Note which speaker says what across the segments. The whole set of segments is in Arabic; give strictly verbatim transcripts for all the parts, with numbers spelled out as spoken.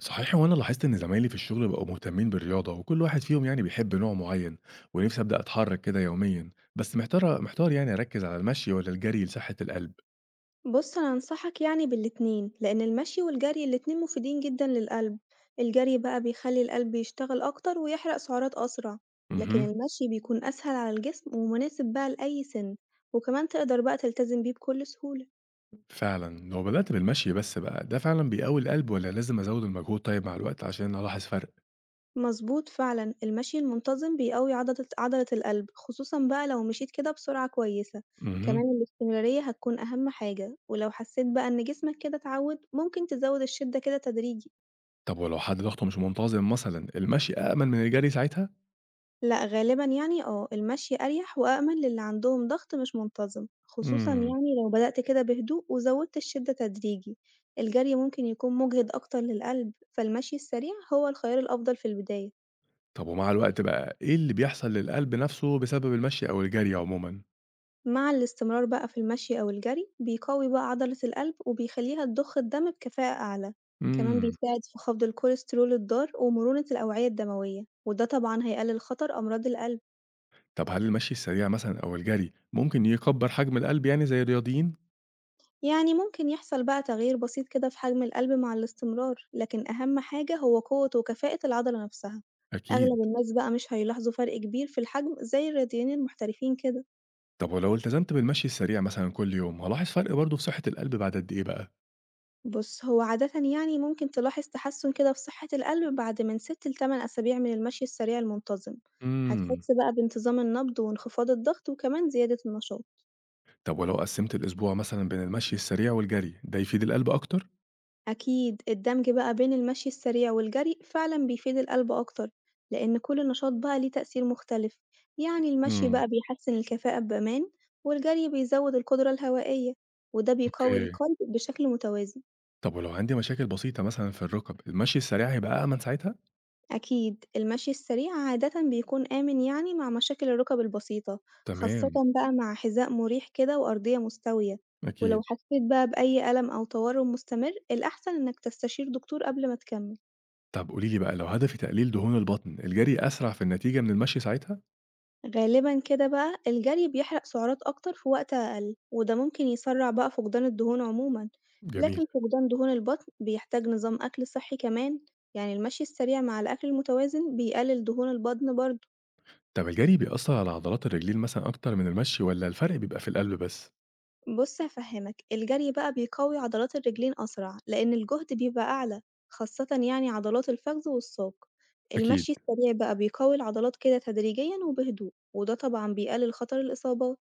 Speaker 1: صحيح، وانا لاحظت ان زمايلي في الشغل بقوا مهتمين بالرياضه، وكل واحد فيهم يعني بيحب نوع معين. ونفسي ابدا اتحرك كده يوميا. بس محتار محتار يعني اركز على المشي ولا الجري لصحه القلب؟
Speaker 2: بص أنا أنصحك يعني بالاتنين لأن المشي والجري الاتنين مفيدين جدا للقلب. الجري بقى بيخلي القلب يشتغل أكتر ويحرق سعرات أسرع. لكن
Speaker 1: اها.
Speaker 2: المشي بيكون أسهل على الجسم ومناسب بقى لأي سن، وكمان تقدر بقى تلتزم بيه بكل سهولة.
Speaker 1: فعلا لو بدات بالمشي بس بقى، ده فعلا بيقوي القلب ولا لازم ازود المجهود طيب مع الوقت عشان الاحظ فرق؟
Speaker 2: مظبوط، فعلا المشي المنتظم بيقوي عضلة عضلة القلب، خصوصا بقى لو مشيت كده بسرعة كويسة.
Speaker 1: اها.
Speaker 2: كمان الاستمرارية هتكون أهم حاجة، ولو حسيت بقى إن جسمك كده اتعود ممكن تزود الشدة كده تدريجي.
Speaker 1: طب ولو حد ضغطه مش منتظم مثلا، المشي امن من الجري ساعتها؟
Speaker 2: لأ، غالبًا يعني آه، المشي أريح وأأمن للي عندهم ضغط مش منتظم، خصوصًا
Speaker 1: امم.
Speaker 2: يعني لو بدأت كده بهدوء وزودت الشدة تدريجي. الجري ممكن يكون مجهد أكتر للقلب، فالمشي السريع هو الخيار الأفضل في البداية.
Speaker 1: طب ومع الوقت بقى ايه اللي بيحصل للقلب نفسه بسبب المشي او الجري عموما؟
Speaker 2: مع الاستمرار بقى في المشي أو الجري بيقوي بقى عضلة القلب وبيخليها تضخ الدم بكفاءة أعلى، كمان
Speaker 1: امم.
Speaker 2: بيساعد في خفض الكوليسترول الضار ومرونة الأوعية الدموية، وده طبعًا هيقلل خطر أمراض القلب.
Speaker 1: طب هل المشي السريع مثلًا أو الجري ممكن يكبّر حجم القلب يعني زي الرياضيين؟
Speaker 2: يعني ممكن يحصل بقى تغيير بسيط كده في حجم القلب مع الاستمرار، لكن أهم حاجة هو قوة وكفاءة العضلة نفسها.
Speaker 1: أكيد.
Speaker 2: أغلب الناس بقى مش هيلاحظوا فرق كبير في الحجم زي الرياضيين المحترفين كده.
Speaker 1: طب ولو التزمت بالمشي السريع مثلًا كل يوم، هالاحظ فرق برضه في صحة القلب بعد قد إيه بقى؟
Speaker 2: بص، هو عادة يعني ممكن تلاحظ تحسن كده في صحة القلب بعد من ست لتمن أسابيع من المشي السريع المنتظم.
Speaker 1: إمم.
Speaker 2: هتحس بقى بانتظام النبض وانخفاض الضغط وكمان زيادة النشاط.
Speaker 1: طب ولو قسّمت الأسبوع مثلًا بين المشي السريع والجري، ده يفيد القلب أكتر؟
Speaker 2: أكيد الدمج بقى بين المشي السريع والجري فعلا بيفيد القلب أكتر، لإن كل نشاط بقى ليه تأثير مختلف، يعني المشي
Speaker 1: إمم،
Speaker 2: بقى بيحسن الكفاءة بأمان، والجري بيزود القدرة الهوائية، وده بيقوي
Speaker 1: أوكي.
Speaker 2: القلب بشكل متوازن.
Speaker 1: طب ولو عندي مشاكل بسيطة مثلًا في الركب، المشي السريع هيبقى أأمن ساعتها؟
Speaker 2: أكيد المشي السريع عادة بيكون آمن يعني مع مشاكل الركب البسيطة، خاصة
Speaker 1: تمام،
Speaker 2: بقى مع حذاء مريح كده وأرضية مستوية. ولو
Speaker 1: أكيد.
Speaker 2: حسيت بقى بأي ألم أو تورم مستمر الأحسن إنك تستشير دكتور قبل ما تكمل.
Speaker 1: طب قولي لي بقى لو هدفي تقليل دهون البطن، الجري أسرع في النتيجة من المشي ساعتها؟
Speaker 2: غالبًا كده بقى الجري بيحرق سعرات أكتر في وقت أقل، وده ممكن يسرع بقى فقدان الدهون عمومًا.
Speaker 1: جميل.
Speaker 2: لكن فقدان دهون البطن بيحتاج نظام أكل صحي كمان، يعني المشي السريع مع الأكل المتوازن بيقلل دهون البطن برضه.
Speaker 1: طب الجري بيأثر على عضلات الرجلين مثلًا أكتر من المشي والّا الفرق بيبقى في القلب بس؟
Speaker 2: بص هفهمك، الجري بقى بيقوي عضلات الرجلين أسرع لأن الجهد بيبقى أعلى، خاصة يعني عضلات الفخذ والساق.
Speaker 1: أكيد،
Speaker 2: المشي السريع بقى بيقوي العضلات كده تدريجيًا وبهدوء، وده طبعًا بيقلل خطر الإصابات.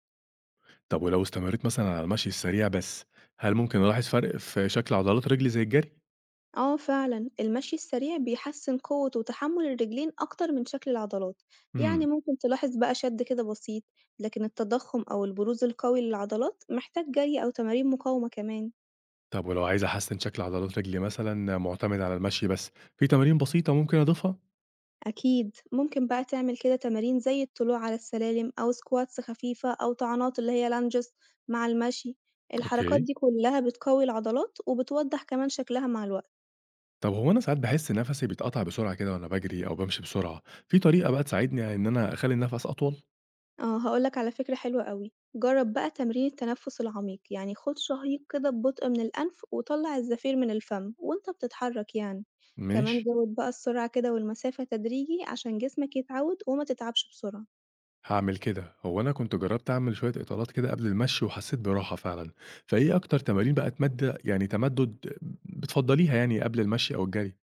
Speaker 1: طب ولو استمريت مثلًا على المشي السريع بس، هل ممكن ألاحظ فرق في شكل عضلات رجلي زي الجري؟
Speaker 2: آه فعلًا، المشي السريع بيحسّن قوة وتحمُّل الرجلين أكتر من شكل العضلات، يعني
Speaker 1: إمم،
Speaker 2: ممكن تلاحظ بقى شد كده بسيط، لكن التضخُّم أو البروز القوي للعضلات محتاج جري أو تمارين مقاومة كمان.
Speaker 1: طب ولو عايز أحسّن شكل عضلات رجلي مثلًا مُعتمد على المشي بس، في تمارين بسيطة ممكن أضيفها؟
Speaker 2: أكيد، ممكن بقى تعمل كده تمارين زي الطلوع على السلالم أو squats خفيفة أو طعنات اللي هي lunges مع المشي. الحركات
Speaker 1: أوكي،
Speaker 2: دي كلّها بتقوي العضلات وبتوضّح كمان شكلها مع الوقت.
Speaker 1: طب هو أنا ساعات باحس نَفَسي بيتقطع بسرعة كده وأنا باجري أو بامشي بسرعة، في طريقة بقى تساعدني إن أنا أخلّي النَفَس أطول؟
Speaker 2: آه، هاقول لك على فكرة حلوة أوي، جرّب بقى تمرين التنفس العميق، يعني خُد شهيق كده ببطء من الأنف وطلّع الزفير من الفم وأنت بتتحرك يعني. كمان
Speaker 1: ماشي.
Speaker 2: زوّد بقى السرعة كده والمسافة تدريجي عشان جسمك يتعوّد وما تتعبش بسرعة.
Speaker 1: هاعمل كده. هو أنا كنت جربت أعمل شوية إطالات كده قبل المشي وحسيت براحة فعلا، فإيه أكتر تمارين بقى تمد يعني تمدد بتفضليها يعني قبل المشي أو الجري؟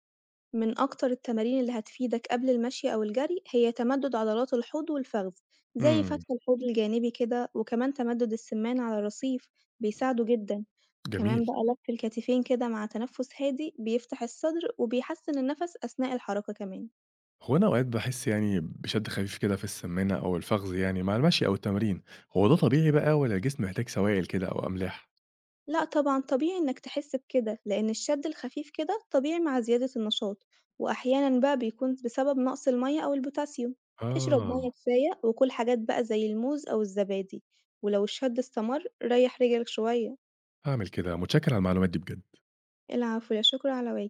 Speaker 2: من أكتر التمارين اللي هتفيدك قبل المشي أو الجري هي تمدد عضلات الحوض والفخذ، زي
Speaker 1: امم.
Speaker 2: فتح الحوض الجانبي كده، وكمان تمدد السمان على الرصيف. بيساعدوا جدا. كمان
Speaker 1: جميل.
Speaker 2: بقى لف الكتفين كده مع تنفس هادي بيفتح الصدر وبيحسن النفس أثناء الحركة كمان.
Speaker 1: هو أنا أوقات بحس يعني بشد خفيف كده في السمانة أو الفخذ يعني مع المشي أو التمرين، هو ده طبيعي بقى ولا الجسم محتاج سوائل كده أو أملاح؟
Speaker 2: لأ طبعًا، طبيعي إنك تحس بكده، لإن الشد الخفيف كده طبيعي مع زيادة النشاط، وأحيانًا بقى بيكون بسبب نقص المَيَّة أو البوتاسيوم. اشرب
Speaker 1: آه.
Speaker 2: مَيَّة كفاية وكُل حاجات بقى زي الموز أو الزبادي، ولو الشد استمر ريح رجلك شوية.
Speaker 1: هعمل كده، متشكر على المعلومات دي بجد.
Speaker 2: العفو، لا شكر على واجب.